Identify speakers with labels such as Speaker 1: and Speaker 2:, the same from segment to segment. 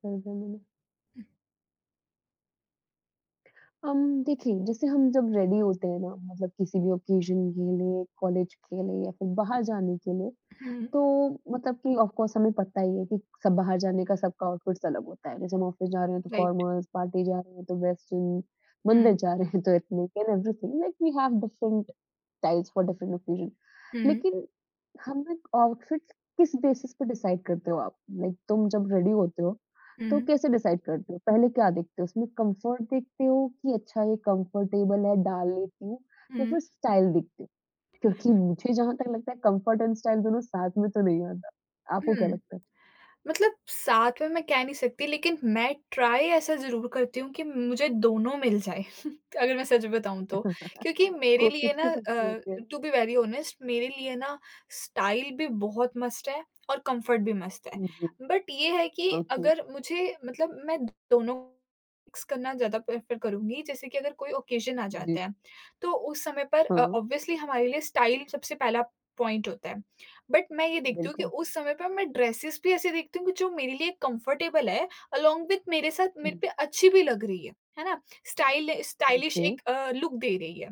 Speaker 1: सर्दियों में देखिए जैसे हम जब रेडी होते हैं ना मतलब किसी भी ओकेजन के लिए, कॉलेज के लिए या फिर बाहर जाने के लिए,
Speaker 2: Hmm.
Speaker 1: तो मतलब कि ऑफ कोर्स हमें पता ही है कि सब बाहर जाने का सबका आउटफिट्स अलग होता है। जैसे हम ऑफिस जा रहे हैं तो
Speaker 2: Right.
Speaker 1: फॉर्मल्स, पार्टी जा रहे हैं तो वेस्टर्न,
Speaker 2: Hmm.
Speaker 1: मंदिर जा रहे हैं तो ethnic and everything like we have different styles for different occasion.
Speaker 2: Hmm.
Speaker 1: लेकिन हम ना आउटफिट्स किस बेसिस पे डिसाइड करते हो आप? लाइक तुम जब रेडी होते हो, तो
Speaker 2: Hmm.
Speaker 1: कैसे डिसाइड करते हो? पहले क्या देखते हो? उसमें कंफर्ट देखते हो कि अच्छा ये कंफर्टेबल है डाल लेती हूँ या
Speaker 2: Hmm.
Speaker 1: फिर स्टाइल देखते हो? क्योंकि मुझे जहाँ तक लगता है कंफर्ट एंड स्टाइल दोनों साथ में तो नहीं आता। आपको क्या
Speaker 2: Hmm.
Speaker 1: लगता है?
Speaker 2: मतलब साथ में मैं कह नहीं सकती लेकिन मैं ट्राई ऐसा ज़रूर करती हूँ कि मुझे दोनों मिल जाए अगर मैं सच बताऊँ तो। क्योंकि मेरे लिए
Speaker 1: कोशिश
Speaker 2: ना
Speaker 1: तो सबकी होती है।
Speaker 2: टू बी वेरी ऑनेस्ट मेरे लिए ना स्टाइल भी बहुत मस्ट है और कम्फर्ट भी मस्ट है।
Speaker 1: जी,
Speaker 2: बट ये है कि
Speaker 1: ओके,
Speaker 2: अगर मुझे मतलब मैं दोनों मिक्स करना ज़्यादा प्रेफ़र करूँगी जैसे कि अगर कोई ओकेज़न आ
Speaker 1: जी,
Speaker 2: जाता है, तो उस समय पर
Speaker 1: हाँ,
Speaker 2: ऑब्वियसली हमारे लिए स्टाइल सबसे पहला पॉइंट होता है। बट मैं ये देखती हूँ कि
Speaker 1: बिल्कुल।
Speaker 2: उस समय पे मैं ड्रेसेस भी ऐसे देखती हूँ कि जो मेरे लिए कंफर्टेबल है अलॉन्ग विथ मेरे साथ मेरे
Speaker 1: हुँ,
Speaker 2: पे अच्छी भी लग रही है ना? स्टाइलिश
Speaker 1: ओके,
Speaker 2: एक लुक दे रही है।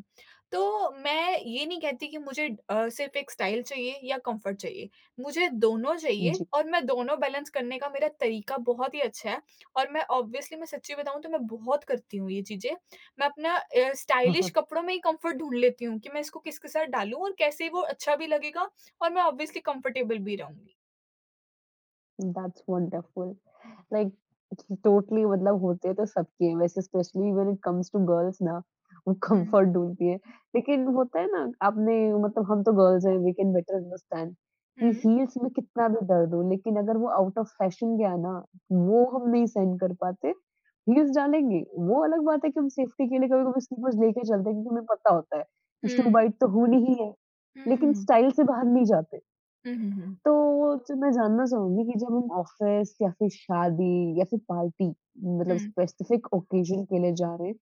Speaker 2: तो मैं ये नहीं कहती कि मुझे सिर्फ़ एक स्टाइल चाहिए या कंफर्ट चाहिए, मुझे दोनों चाहिए
Speaker 1: जी।
Speaker 2: और मैं दोनों बैलेंस करने का मेरा तरीका बहुत ही अच्छा है और मैं ऑब्वियसली मैं सच्ची बताऊँ तो मैं बहुत करती हूँ ये चीज़ें। मैं अपना स्टाइलिश कपड़ों में ही कंफर्ट ढूँढ लेती हूँ कि मैं इसको किसके साथ डालूँ और कैसे वो अच्छा भी लगेगा और मैं ऑब्वियसली कंफर्टेबल भी रहूँगी।
Speaker 1: दैट्स वंडरफुल लाइक टोटली मतलब होते हैं तो सबके हैं वैसे specially when it comes to girls ना वो
Speaker 2: हुँ,
Speaker 1: कंफर्ट ढूंढती है लेकिन होता है ना आपने मतलब हम तो गर्ल्स हैं वी कैन बेटर अंडरस्टैंड कि
Speaker 2: हुँ,
Speaker 1: हील्स में कितना भी दर्द हो लेकिन अगर वो आउट ऑफ फैशन गया ना वो हम नहीं सहन कर पाते। हील्स डालेंगे। वो अलग बात है कि हम सेफ्टी के लिए कभी कभी स्लीपर्स लेके चलते हैं क्योंकि हमें पता होता है कि शू
Speaker 2: हुँ,
Speaker 1: बाइट तो होनी ही है
Speaker 2: हुँ,
Speaker 1: लेकिन
Speaker 2: हुँ,
Speaker 1: स्टाइल से बाहर नहीं जाते।
Speaker 2: हुँ, हुँ,
Speaker 1: तो जो मैं जानना चाहूँगी कि जब हम ऑफ़िस या फिर शादी या फिर पार्टी मतलब
Speaker 2: हुँ,
Speaker 1: स्पेसिफ़िक ओकेज़न के लिए जा रहे हैं,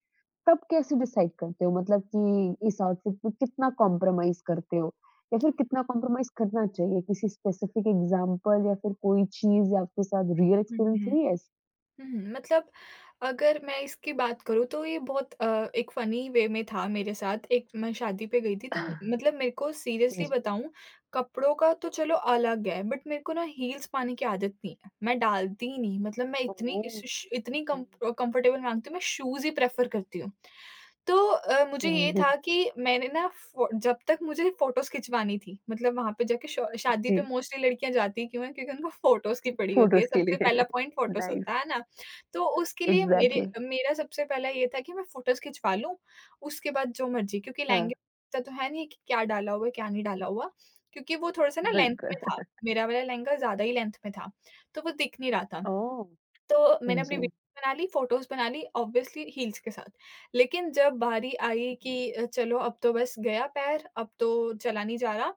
Speaker 1: तब कैसे डिसाइड करते हो? मतलब कि इस आउटफ़िट में कितना कॉम्प्रोमाइज़ करते हो? या फिर कितना कॉम्प्रोमाइज़ करना चाहिए? किसी स्पेसिफ़िक एग्ज़ाम्पल या फिर कोई चीज़ आपके साथ रियल
Speaker 2: हुँ,
Speaker 1: एक्सपीरियंस
Speaker 2: हुँ,
Speaker 1: हुई है ऐसी?
Speaker 2: हुँ। मतलब अगर मैं इसकी बात करूँ तो ये बहुत एक फ़नी वे में था मेरे साथ। एक मैं शादी पे गई थी तो मतलब मेरे को सीरियसली
Speaker 1: जी।
Speaker 2: बताऊँ कपड़ों का तो चलो अलग है बट मेरे को ना हील्स पाने की आदत नहीं है। मैं डालती ही नहीं मतलब मैं
Speaker 1: ओह!
Speaker 2: इतनी श श इतनी
Speaker 1: ओके,
Speaker 2: कम कंफर्टेबल माँगती हूँ मैं शूज़ ही प्रेफ़र करती हूँ। तो मुझे ये था
Speaker 1: लवली।
Speaker 2: कि मैंने ना फ़ो जब तक मुझे फ़ोटोज़ खिंचवानी थी, मतलब वहाँ पे जाके शो शादी पे
Speaker 1: जी,
Speaker 2: मोस्टली लड़कियाँ जाती क्यों हैं? क्योंकि उनको फ़ोटोज़ की पड़ी होती है,
Speaker 1: फ़ोटोज़ के
Speaker 2: सबसे
Speaker 1: लिए।
Speaker 2: पहला पॉइंट फ़ोटोज़
Speaker 1: नाइस,
Speaker 2: होता है ना? तो उसके लिए मेरे
Speaker 1: एग्ज़ैक्टली।
Speaker 2: मेरा सबसे पहला ये था कि मैं फ़ोटोज़ खिंचवा लूँ, उसके बाद जो मर्ज़ी क्योंकि
Speaker 1: हाँ।
Speaker 2: लहंगे का तो है नहीं कि क्या डाला हुआ है, क्या नहीं डाला हुआ। क्योंकि वो थोड़ा-सा ना लेंथ में
Speaker 1: बिल्कुल।
Speaker 2: था, मेरा वाला लहंगा ज़्यादा ही लेंथ में था, तो वो दिख नहीं रहा था।
Speaker 1: ओह!
Speaker 2: तो मैंने अपनी
Speaker 1: जी।
Speaker 2: वीडियोज़ बना ली, फ़ोटोज़ बना ली ऑब्वियसली हील्स के साथ। लेकिन जब बारी आई कि चलो अब तो बस गया पैर, अब तो चला नहीं जा रहा,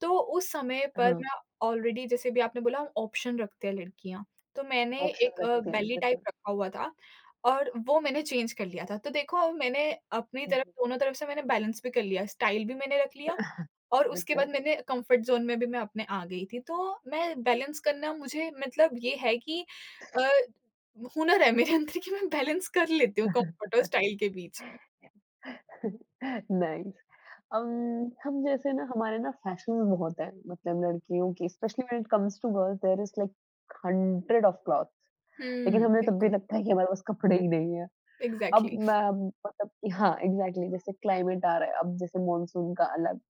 Speaker 2: तो उस समय पर
Speaker 1: हाँ।
Speaker 2: मैं ऑलरेडी जैसे भी आपने बोला हम ऑप्शन रखते हैं लड़कियाँ, तो मैंने एक
Speaker 1: ऑप्शन रखते हैं,
Speaker 2: बेली टाइप
Speaker 1: बिल्कुल।
Speaker 2: रखा हुआ था और वो मैंने चेंज कर लिया था। तो देखो मैंने अपनी
Speaker 1: हुँ,
Speaker 2: तरफ
Speaker 1: हुँ,
Speaker 2: दोनों तरफ से मैंने बैलेंस भी कर लिया, स्टाइल भी मैंने रख लिया और उसके
Speaker 1: बिल्कुल।
Speaker 2: बाद मैंने कम्फ़र्ट ज़ोन में भी मैं अपने आ गई थी। तो मैं बैलेंस करना मुझे मतलब ये है कि अ हुनर है मेरे अंदर कि मैं बैलेंस कर लेती हूँ कंफर्ट और स्टाइल के बीच में।
Speaker 1: नाइस। अम, हम जैसे ना हमारे ना फैशंस बहुत हैं, मतलब लड़कियों की specially when it comes to girls there is like 100 of clothes, लेकिन
Speaker 2: हुँ,
Speaker 1: हमें तब भी
Speaker 2: बिल्कुल,
Speaker 1: लगता है कि हमारे पास कपड़े ही नहीं है। अब
Speaker 2: एग्ज़ैक्टली।
Speaker 1: मैं मतलब कि हाँ, एग्ज़ैक्टली जैसे क्लाइमेट आ रहा है, अब जैसे मॉनसून का अलग,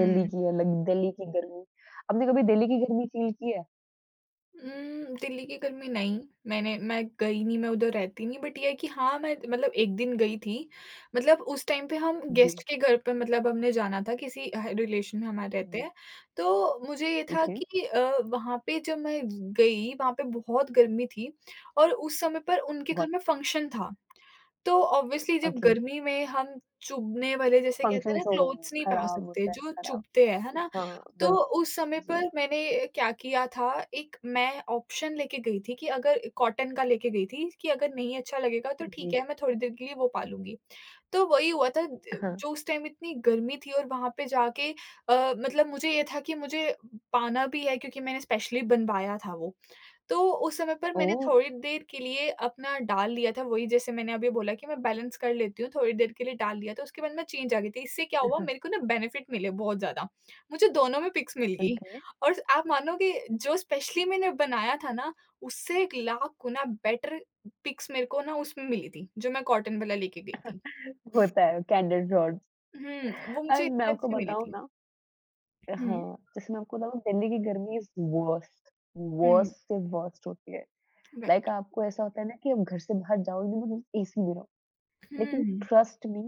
Speaker 1: दिल्ली अलग, दिल्ली की गर्मी। आपने कभी दिल्ली की गर्मी फ़ील की है?
Speaker 2: दिल्ली की गर्मी नहीं, मैं गई नहीं, मैं उधर रहती नहीं बट ये है कि हाँ, मैं मतलब 1 दिन गई थी। मतलब उस टाइम पे हम
Speaker 1: जी,
Speaker 2: गेस्ट के घर पे मतलब हमने जाना था किसी रिलेशन में हमारे रहते
Speaker 1: जी,
Speaker 2: हैं। तो मुझे ये था
Speaker 1: ओके,
Speaker 2: कि वहाँ पे जब मैं गई, वहाँ पे बहुत गर्मी थी और उस समय पर उनके घर
Speaker 1: बहुत
Speaker 2: में फंक्शन था। तो ऑब्वियसली जब
Speaker 1: ओके।
Speaker 2: गर्मी में हम चुभने वाले जैसे कहते हैं ना
Speaker 1: फंक्शंस हो,
Speaker 2: क्लोथ्स नहीं पहन
Speaker 1: खराब
Speaker 2: सकते
Speaker 1: होता है,
Speaker 2: जो
Speaker 1: खराब।
Speaker 2: चुभते हैं, है ना?
Speaker 1: हाँ,
Speaker 2: तो
Speaker 1: बिल्कुल।
Speaker 2: उस समय
Speaker 1: जी,
Speaker 2: पर मैंने क्या किया था एक मैं ऑप्शन लेके गई थी कि अगर कॉटन का लेके गई थी कि अगर नहीं अच्छा लगेगा तो ठीक
Speaker 1: जी।
Speaker 2: है मैं थोड़ी देर के लिए वो पालूँगी। तो वही हुआ था द
Speaker 1: हाँ।
Speaker 2: जो उस टाइम इतनी गर्मी थी और वहाँ पे जाके मतलब मुझे ये था कि मुझे पाना भी है क्योंकि मैंने स्पेशली बनवाया था वो। तो उस समय पर मैंने
Speaker 1: ओह!
Speaker 2: थोड़ी देर के लिए अपना डाल लिया था, वही जैसे मैंने अभी बोला कि मैं बैलेंस कर लेती हूँ, थोड़ी देर के लिए डाल लिया था, उसके बाद मैं चेंज आ गई थी। इससे क्या हुआ मेरे को ना बेनिफिट मिले बहुत ज़्यादा, मुझे दोनों में पिक्स मिल गई
Speaker 1: ओके,
Speaker 2: और स आप मानोगे जो स्पेशली मैंने बनाया था ना, उससे 1 लाख गुना बेटर पिक्स मेरे को ना उसमें मिली थी, जो मैं कॉटन वाला लेके गई थी।
Speaker 1: होता है कैंडिड शॉट्स।
Speaker 2: हुँ, वो मुझे
Speaker 1: और मैं
Speaker 2: इतनी
Speaker 1: आपको
Speaker 2: अच्छी मिली
Speaker 1: बताऊँ
Speaker 2: थी।
Speaker 1: ना,
Speaker 2: हुँ,
Speaker 1: हाँ, जैसे मैं आपको बताऊँ दिल्ली की गर्मी इज़ वर्स्ट,
Speaker 2: हुँ,
Speaker 1: वर्स्ट से वर्स्ट होती है।
Speaker 2: राइट।
Speaker 1: लाइक आपको ऐसा होता है ना कि आप घर से बाहर जाओगे मतलब एसी में रहो। लेकिन
Speaker 2: हुँ,
Speaker 1: ट्रस्ट मी,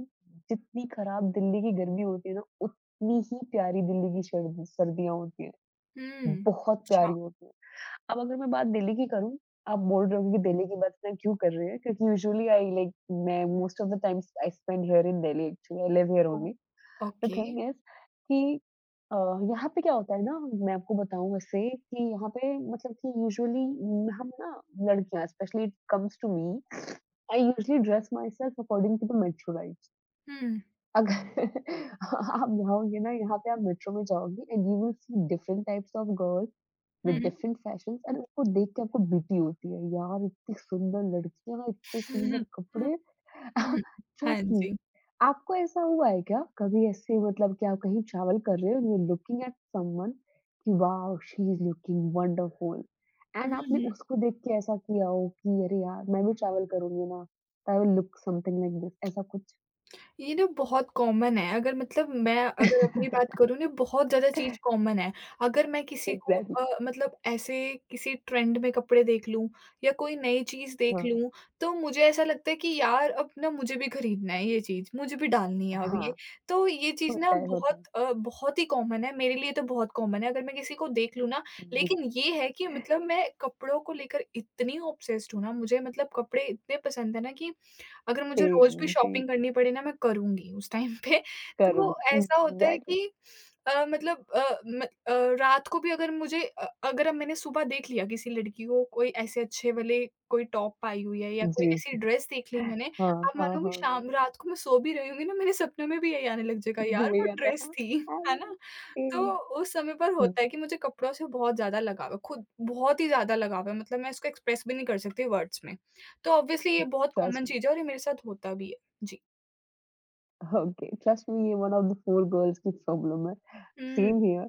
Speaker 1: जितनी खराब दिल्ली की गर्मी होती है ना, उतनी ही प्यारी दिल्ली की शर्द सर्दियाँ होती हैं।
Speaker 2: हुँ,
Speaker 1: बहुत
Speaker 2: अच्छा,
Speaker 1: प्यारी होती हैं। अब अगर मैं बात दिल्ली की करूँ, आप बोल रहे हो कि दिल्ली की बात मैं क्यों कर रही है क्योंकि यूजुअली आई लाइक मैं most of the times I spend here in Delhi actually I live here
Speaker 2: oh
Speaker 1: only. The
Speaker 2: okay.
Speaker 1: Thing is कि अ, यहाँ पे क्या होता है ना, मैं आपको बताऊँ वैसे कि यहाँ पे मतलब कि यूजुअली हम ना लड़कियाँ specially it comes to me, I usually dress myself according to the mature eyes.
Speaker 2: हुँ,
Speaker 1: अगर आप जाओगे ना यहाँ पे, आप मेट्रो में जाओगी and you will see different types of girls with
Speaker 2: hmm.
Speaker 1: Different fashions and उसको देख के आपको बीटी होती है यार, इतनी सुंदर लड़कियां, इतने
Speaker 2: हुँ, हुँ।
Speaker 1: सुंदर कपड़े।
Speaker 2: हुँ, हुँ। हाँ
Speaker 1: ट्रस्ट मी,
Speaker 2: जी।
Speaker 1: आपको ऐसा हुआ है क्या कभी ऐसे मतलब कि आप कहीं ट्रैवल कर रहे हो यू लुकिंग एट समवन कि wow she is looking wonderful and
Speaker 2: hmm,
Speaker 1: आपने
Speaker 2: हुँ।
Speaker 1: उसको देख के ऐसा किया हो कि अरे यार मैं भी ट्रैवल करूंगी ना I will look something like this, ऐसा कुछ?
Speaker 2: ये ना बहुत कॉमन है, अगर मतलब मैं अगर अपनी बात करूँ ना बहुत ज़्यादा चीज़ कॉमन है। अगर मैं किसी को
Speaker 1: एग्जैक्टली।
Speaker 2: मतलब ऐसे किसी ट्रेंड में कपड़े देख लूँ या कोई नई चीज़ देख
Speaker 1: हाँ,
Speaker 2: लूँ, तो मुझे ऐसा लगता है कि यार अब ना मुझे भी खरीदना है ये चीज़, मुझे भी डालनी है अब
Speaker 1: हाँ,
Speaker 2: ये। तो ये चीज़ ना
Speaker 1: होता है, होता है।
Speaker 2: बहुत बहुत ही कॉमन है, मेरे लिए तो बहुत कॉमन है अगर मैं किसी को देख लूँ ना,
Speaker 1: हुँ,
Speaker 2: लेकिन ये है कि मतलब मैं कपड़ों को लेकर इतनी ऑब्सेस्ड हूँ ना, मुझे मतलब कपड़े इतने पसंद है ना कि अगर मुझे रोज़ भी
Speaker 1: सेम, सेम
Speaker 2: शॉपिंग करनी पड़े ना मैं करूँगी उस टाइम पे। तो
Speaker 1: करूँगी।
Speaker 2: ऐसा होता है
Speaker 1: एग्ज़ैक्टली।
Speaker 2: कि मतलब रात को भी अगर मुझे अगर अब मैंने सुबह देख लिया किसी लड़की को कोई ऐसे अच्छे वाले कोई टॉप पाई हुई है या कोई
Speaker 1: जी।
Speaker 2: ऐसी ड्रेस देख ली मैंने,
Speaker 1: हाँ,
Speaker 2: आप
Speaker 1: हाँ,
Speaker 2: मानोगे
Speaker 1: हाँ, हाँ।
Speaker 2: शाम
Speaker 1: हाँ।
Speaker 2: रात को मैं सो भी रही होंगी ना मेरे सपने में भी यही आने लग जाएगा
Speaker 1: मुझे
Speaker 2: यार
Speaker 1: वही
Speaker 2: वो
Speaker 1: आता है
Speaker 2: ड्रेस
Speaker 1: हाँ,
Speaker 2: थी, है
Speaker 1: आई
Speaker 2: ना? तो
Speaker 1: ए
Speaker 2: उस समय पर
Speaker 1: हुँ,
Speaker 2: होता है कि मुझे कपड़ों से बहुत ज़्यादा लगाव है, खुद बहुत ही ज़्यादा लगाव है मतलब मैं इसको एक्सप्रेस भी नहीं कर सकती वर्ड्स में। तो ऑब्वियसली ये बहुत कॉमन
Speaker 1: ट्रस्ट मी।
Speaker 2: चीज़ है और ये मेरे साथ होता भी है। जी।
Speaker 1: ओके, ट्रस्ट मी ये one of the poor girls की प्रॉब्लम है।
Speaker 2: Hmm,
Speaker 1: same here.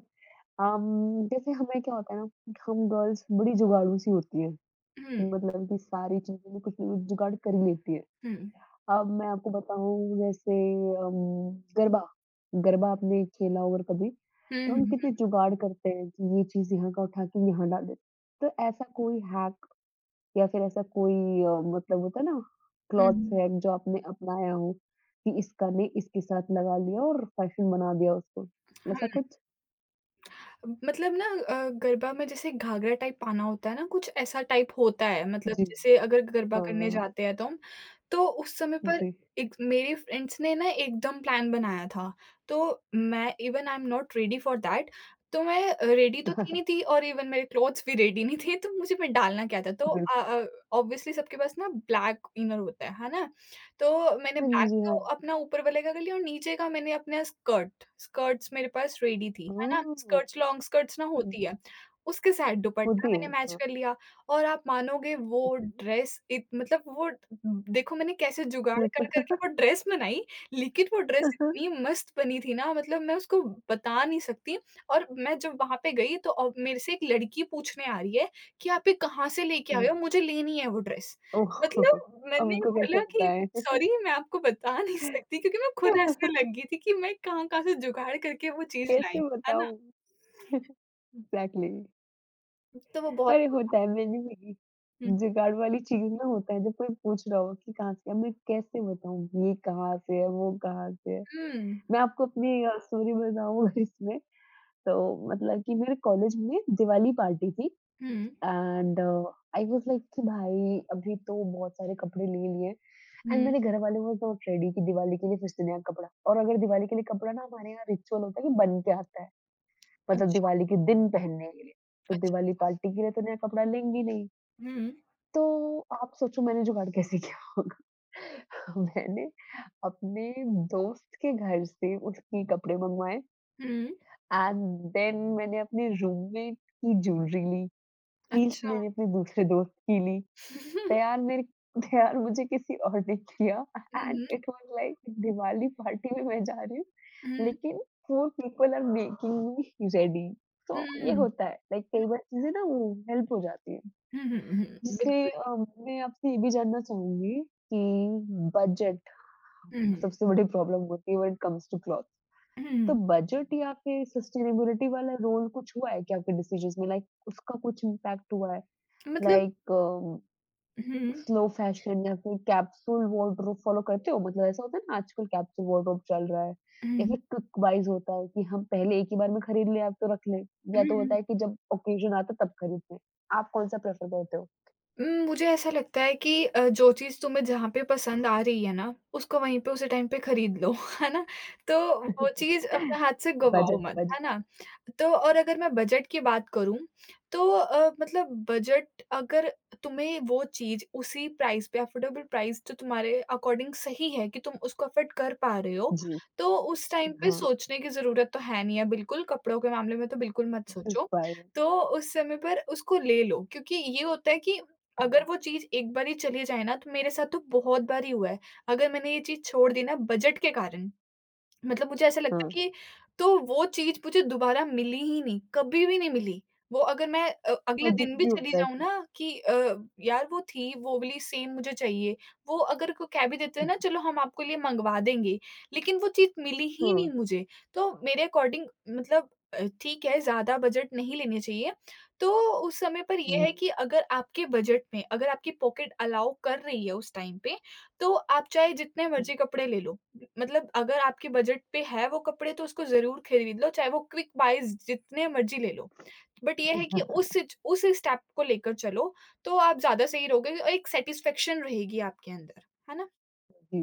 Speaker 1: जैसे हमें क्या होता है ना, कि हम गर्ल्स बड़ी जुगाड़ू सी होती हैं।
Speaker 2: हुँ,
Speaker 1: मतलब कि सारी चीज़ों में कुछ ना कुछ जुगाड़ कर ही लेती हैं।
Speaker 2: हुँ।
Speaker 1: अब मैं आपको बताऊँ, जैसे अम, गरबा, गरबा आपने खेला होगा कभी,
Speaker 2: हुँ,
Speaker 1: तो हम
Speaker 2: हुँ,
Speaker 1: कितने जुगाड़ करते हैं कि ये चीज़ यहाँ का उठा के यहाँ डाल दें। तो ऐसा कोई हैक या फिर ऐसा कोई मतलब होता है ना, क्लॉथ्स
Speaker 2: हुँ,
Speaker 1: हैक जो आपने अपनाया हो कि इसका ने इसके साथ लगा लिया और फैशन बना दिया उसको, ऐसा
Speaker 2: हुँ।
Speaker 1: कुछ?
Speaker 2: मतलब ना गरबा में जैसे घाघरा टाइप पाना होता है ना, कुछ ऐसा टाइप होता है मतलब
Speaker 1: जी।
Speaker 2: जैसे अगर गरबा
Speaker 1: हाँ,
Speaker 2: करने
Speaker 1: हाँ,
Speaker 2: जाते हैं तो हम, तो उस समय पर
Speaker 1: जी।
Speaker 2: एक मेरे फ्रेंड्स ने ना एकदम प्लान बनाया था। तो मैं even I am not ready for that तो मैं रेडी तो थी नहीं थी और इवन मेरे क्लॉथ्स भी रेडी नहीं थे, तो मुझे फिर डालना क्या था? तो
Speaker 1: बिल्कुल।
Speaker 2: ऑब्वियसली सबके पास ना ब्लैक इनर होता है ना? तो मैंने
Speaker 1: हाँ
Speaker 2: ब्लैक
Speaker 1: जी,
Speaker 2: तो
Speaker 1: हाँ जी।
Speaker 2: अपना ऊपर वाले का कर लिया और नीचे का मैंने अपना स्कर्ट्स मेरे पास रेडी थी, है ना?
Speaker 1: ओह!
Speaker 2: स्कर्ट्स लॉन्ग स्कर्ट्स ना
Speaker 1: हुँ,
Speaker 2: होती है, उसके साथ दुपट्टा
Speaker 1: होती है।
Speaker 2: मैंने मैच
Speaker 1: हाँ,
Speaker 2: कर लिया और आप मानोगे वो
Speaker 1: ठीक
Speaker 2: ड्रेस इत मतलब वो देखो मैंने कैसे जुगाड़ कर कर के वो ड्रेस बनाई, लेकिन वो ड्रेस
Speaker 1: है।
Speaker 2: इतनी मस्त बनी थी ना मतलब मैं उसको बता नहीं सकती और मैं जब वहाँ पे गई तो अब मेरे से एक लड़की पूछने आ रही है कि आप ये कहाँ से लेके आए हो? मुझे लेनी है वो ड्रेस।
Speaker 1: ओह!
Speaker 2: मतलब
Speaker 1: अब
Speaker 2: मैंने
Speaker 1: उनको कैसे
Speaker 2: बोला कि
Speaker 1: बताएँ?
Speaker 2: सॉरी, मैं आपको बता नहीं सकती क्योंकि मैं खुद हँसने लग गई थी कि मैं कहाँ-कहाँ से जुगाड़ करके वो चीज़ लाई
Speaker 1: कैसे
Speaker 2: हूँ, है ना?
Speaker 1: बताऊँ? एग्ज़ैक्टली।
Speaker 2: तो वो बहुत।
Speaker 1: अरे होता है, मैंने भी
Speaker 2: हुँ,
Speaker 1: जुगाड़ वाली चीज़ ना होता है जब कोई पूछ रहा हो कि कहाँ से है? मैं कैसे बताऊँ ये कहाँ से है, वो कहाँ से है?
Speaker 2: हुँ,
Speaker 1: मैं आपको अपनी स्टोरी बताऊँ इसमें, तो मतलब कि मेरे कॉलेज में दिवाली पार्टी थी।
Speaker 2: Hmm,
Speaker 1: and I was like कि भाई अभी तो बहुत सारे कपड़े ले लिए एंड
Speaker 2: हुँ,
Speaker 1: मेरे घर वाले वो नॉट रेडी कि दिवाली के लिए फिर से नया कपड़ा, और अगर दिवाली के लिए कपड़ा ना हमारे यहाँ रिचुअल होता है कि बन के आता है मतलब
Speaker 2: अच्छा,
Speaker 1: दिवाली के दिन पहनने के लिए, तो
Speaker 2: अच्छा,
Speaker 1: दिवाली पार्टी के लिए तो नया कपड़ा लेंगे ही नहीं।
Speaker 2: हुँ,
Speaker 1: तो आप सोचो मैंने जुगाड़ कैसे किया होगा। मैंने अपने दोस्त के घर से उसके कपड़े मंगवाए
Speaker 2: हुँ,
Speaker 1: एंड देन मैंने अपने रूममेट की ज्वेलरी ली, हील्स
Speaker 2: अच्छा।
Speaker 1: मैंने अपने दूसरे दोस्त की ली, तैयार मेरे तैयार मुझे किसी और ने किया
Speaker 2: hmm,
Speaker 1: and
Speaker 2: hmm,
Speaker 1: it was like Diwali party में मैं जा रही हूँ
Speaker 2: हुँ,
Speaker 1: लेकिन four people are making me ready. तो ये
Speaker 2: हुँ,
Speaker 1: होता है लाइक कई बार चीजें ना वो हेल्प हो जाती है,
Speaker 2: हुँ, हुँ, हुँ,
Speaker 1: जिससे
Speaker 2: बिल्कुल,
Speaker 1: मैं आपसे ये भी जानना चाहूंगी कि बजट
Speaker 2: हुँ,
Speaker 1: सबसे बड़ी प्रॉब्लम होती है when it comes to cloth, तो
Speaker 2: हुँ,
Speaker 1: बजट या फिर सस्टेनेबिलिटी वाला रोल कुछ हुआ है क्या आपके डिसीजंस में, लाइक उसका कुछ इम्पैक्ट हुआ है
Speaker 2: मतलब
Speaker 1: लाइक
Speaker 2: हुँ,
Speaker 1: स्लो फैशन या फिर कैप्सूल वार्डरोब फ़ॉलो करते हो? मतलब ऐसा होता है ना आजकल कैप्सूल वार्डरोब चल रहा है, या
Speaker 2: हुँ,
Speaker 1: फिर क्विक बाइज़ होता है कि हम पहले एक ही बार में खरीद लें, अब तो रख लें, या तो
Speaker 2: हुँ।
Speaker 1: होता है कि जब ऑकेज़न आता है तब खरीदते हैं। आप कौन-सा प्रेफ़र करते हो?
Speaker 2: मुझे ऐसा लगता है कि जो चीज़ तुम्हें जहाँ पे पसंद आ रही है ना, उसको वहीं पे उसी टाइम पे खरीद लो, है ना? तो वो चीज़ अपने हाथ से गवाओ
Speaker 1: बजट
Speaker 2: मत,
Speaker 1: बजट
Speaker 2: है ना? तो और अगर मैं बजट की बात करूँ, तो मतलब बजट अगर तुम्हें वो चीज़ उसी प्राइस पे अफ़ोर्डेबल प्राइस तो तुम्हारे अकॉर्डिंग सही है कि तुम उसको अफ़ोर्ड कर पा रहे हो,
Speaker 1: जी,
Speaker 2: तो उस टाइम पे
Speaker 1: हाँ,
Speaker 2: सोचने की ज़रूरत तो है नहीं है बिल्कुल, कपड़ों के मामले में तो बिल्कुल मत सोचो।
Speaker 1: इंस्पायर्ड।
Speaker 2: तो उस समय पर उसको ले लो क्योंकि ये होता है कि अगर
Speaker 1: जी,
Speaker 2: वो चीज़ एक बार ही चली जाए ना, तो मेरे साथ तो बहुत बार ही हुआ है। अगर मैंने ये चीज़ छोड़ दी ना बजट के कारण मतलब मुझे ऐसा लगता
Speaker 1: हाँ,
Speaker 2: है कि तो वो चीज़ मुझे दोबारा मिली ही नहीं, कभी भी नहीं मिली। वो अगर मैं
Speaker 1: और
Speaker 2: अगले
Speaker 1: दुःख
Speaker 2: दिन भी
Speaker 1: भी
Speaker 2: चली
Speaker 1: होता है
Speaker 2: जाऊँ
Speaker 1: फिर।
Speaker 2: ना कि यार वो थी, वो वाली सेम मुझे चाहिए। वो अगर को कह भी देते हैं ना चलो हम आपके लिए मँगवा देंगे, लेकिन वो चीज़ मिली ही नहीं
Speaker 1: हाँ,
Speaker 2: मुझे। तो मेरे अकॉर्डिंग मतलब ठीक है ज़्यादा बजट नहीं लेने चाहिए। तो उस समय पर ये
Speaker 1: हुँ,
Speaker 2: है कि अगर आपके बजट में अगर आपकी पॉकेट अलाउ कर रही है उस टाइम पे तो आप चाहे जितने
Speaker 1: हुँ,
Speaker 2: मर्ज़ी कपड़े ले लो। मतलब अगर आपके बजट पे है वो कपड़े तो उसको ज़रूर खरीद लो, चाहे वो क्विक बायज़ जितने मर्ज़ी ले लो। बट ये है कि उस सिच उस स्टेप को लेकर चलो, तो आप ज़्यादा सही रहोगे और एक सैटिस्फैक्शन रहेगी आपके अंदर, है ना?
Speaker 1: जी।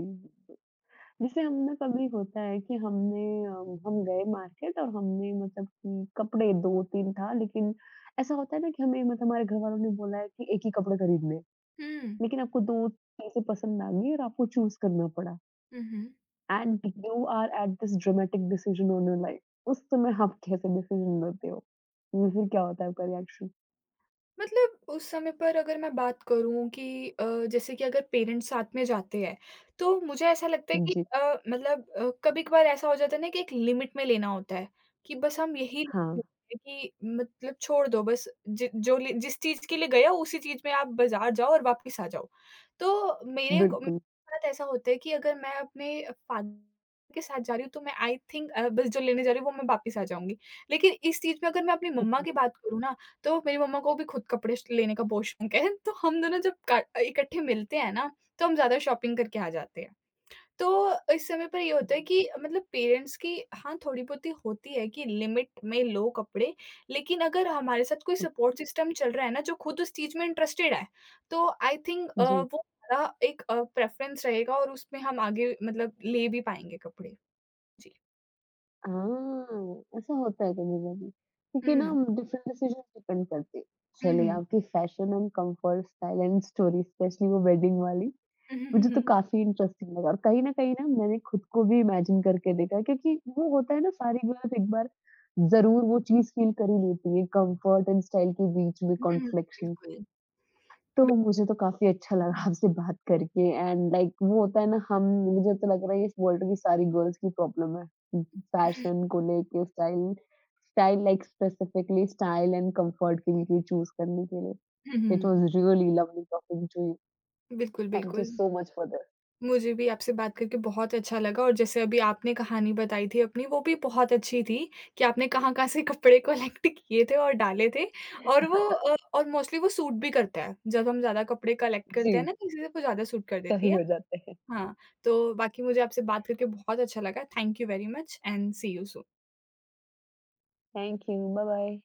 Speaker 1: जैसे हमने कभी होता है कि हमने हम गए मार्केट और हमने मतलब कि कपड़े 2-3 था, लेकिन ऐसा होता है ना कि हमें मतलब हमारे घर वालों ने बोला है कि एक ही कपड़े खरीदने,
Speaker 2: हुँ।
Speaker 1: लेकिन आपको 2 चीज़ें पसंद आ गई और आपको चूज़ करना पड़ा
Speaker 2: hmm, hmm.
Speaker 1: And you are at this dramatic decision on your life. उस समय आप कैसे डिसीजन लेते हो या फिर क्या होता है आपका रिएक्शन?
Speaker 2: मतलब उस समय पर अगर मैं बात करूँ कि जैसे कि अगर पेरेंट्स साथ में जाते हैं, तो मुझे ऐसा लगता है कि
Speaker 1: जी।
Speaker 2: मतलब कभी-कभार ऐसा हो जाता है ना कि एक लिमिट में लेना होता है, कि बस हम यही लेते
Speaker 1: हाँ,
Speaker 2: हैं कि मतलब छोड़ दो बस जि जो ले जिस चीज़ के लिए गए हो उसी चीज़ में आप बाज़ार जाओ और वापस आ जाओ। तो मेरे क
Speaker 1: बिल्कुल।
Speaker 2: साथ ऐसा होता है कि अगर मैं अपने फादर के साथ जा रही हूँ तो मैं आई थिंक बस जो लेने जा रही हूँ वो मैं वापस आ जाऊँगी। लेकिन इस चीज़ में अगर मैं अपनी मम्मा की बात करूँ ना तो मेरी मम्मा को भी खुद कपड़े श लेने का बहुत शौक है, तो हम दोनों जब का इकट्ठे मिलते हैं ना, तो हम ज़्यादा शॉपिंग करके आ जाते हैं। तो इस समय पर ये होता है कि मतलब पेरेंट्स की हाँ, थोड़ी-बहुत ही होती है कि लिमिट में लो कपड़े, लेकिन अगर हमारे साथ कोई सपोर्ट सिस्टम चल रहा है ना, जो खुद उस चीज़ में इंटरेस्टेड है, तो आई थिंक
Speaker 1: जी।
Speaker 2: वो हमारा एक प्रेफ़रेंस रहेगा और उसमें हम आगे मतलब ले भी पाएँगे कपड़े। जी।
Speaker 1: हाँ, ऐसा होता है कभी-कभी क्योंकि ना
Speaker 2: हुँ।
Speaker 1: हम डिफरेंट डिसीजंस डिपेंड करते हैं।
Speaker 2: हुँ,
Speaker 1: चलिए
Speaker 2: हुँ।
Speaker 1: आपकी fashion and comfort, style and story, specially वो वेडिंग वाली,
Speaker 2: हुँ, हुँ,
Speaker 1: मुझे
Speaker 2: हुँ,
Speaker 1: तो
Speaker 2: हुँ।
Speaker 1: काफ़ी इंटरेस्टिंग लगा और कहीं न कहीं ना मैंने खुद को भी इमेजिन करके देखा है, क्योंकि वो होता है ना सारी गर्ल्स एक बार ज़रूर वो चीज़ फ़ील कर ही लेती है, कंफर्ट एंड स्टाइल के बीच में
Speaker 2: हुँ, हुँ।
Speaker 1: कॉन्फ्लिक्शन।
Speaker 2: बिल्कुल।
Speaker 1: तो
Speaker 2: बि
Speaker 1: मुझे तो काफ़ी अच्छा लगा आपसे बात करके एंड वो होता है ना हम, मुझे तो लग रहा है ये इस वर्ल्ड की सारी गर्ल्स की प्रॉब्लम है। फैशन को लेके style, style specifically style and comfort के लिए चूज़ करने के लिए।
Speaker 2: Hmm,
Speaker 1: it
Speaker 2: hmm.
Speaker 1: Was really lovely talking to you.
Speaker 2: बिल्कुल,
Speaker 1: थैंक यू
Speaker 2: बिल्कुल।
Speaker 1: So much for this.
Speaker 2: मुझे भी आपसे बात करके बहुत अच्छा लगा और जैसे अभी आपने कहानी बताई थी अपनी, वो भी बहुत अच्छी थी कि आपने कहाँ-कहाँ से कपड़े कलेक्ट किए थे और डाले थे और वो और मोस्टली वो सूट भी करता है। जब हम ज़्यादा कपड़े कलेक्ट करते हैं
Speaker 1: जी,
Speaker 2: ना, किसी से वो ज़्यादा सूट कर देती
Speaker 1: कभी
Speaker 2: है।
Speaker 1: हो जाते हैं।
Speaker 2: हाँ, तो बाकी मुझे आपसे बात करके बहुत अच्छा लगा। Thank you very much and see you soon.
Speaker 1: Thank you. Bye-bye.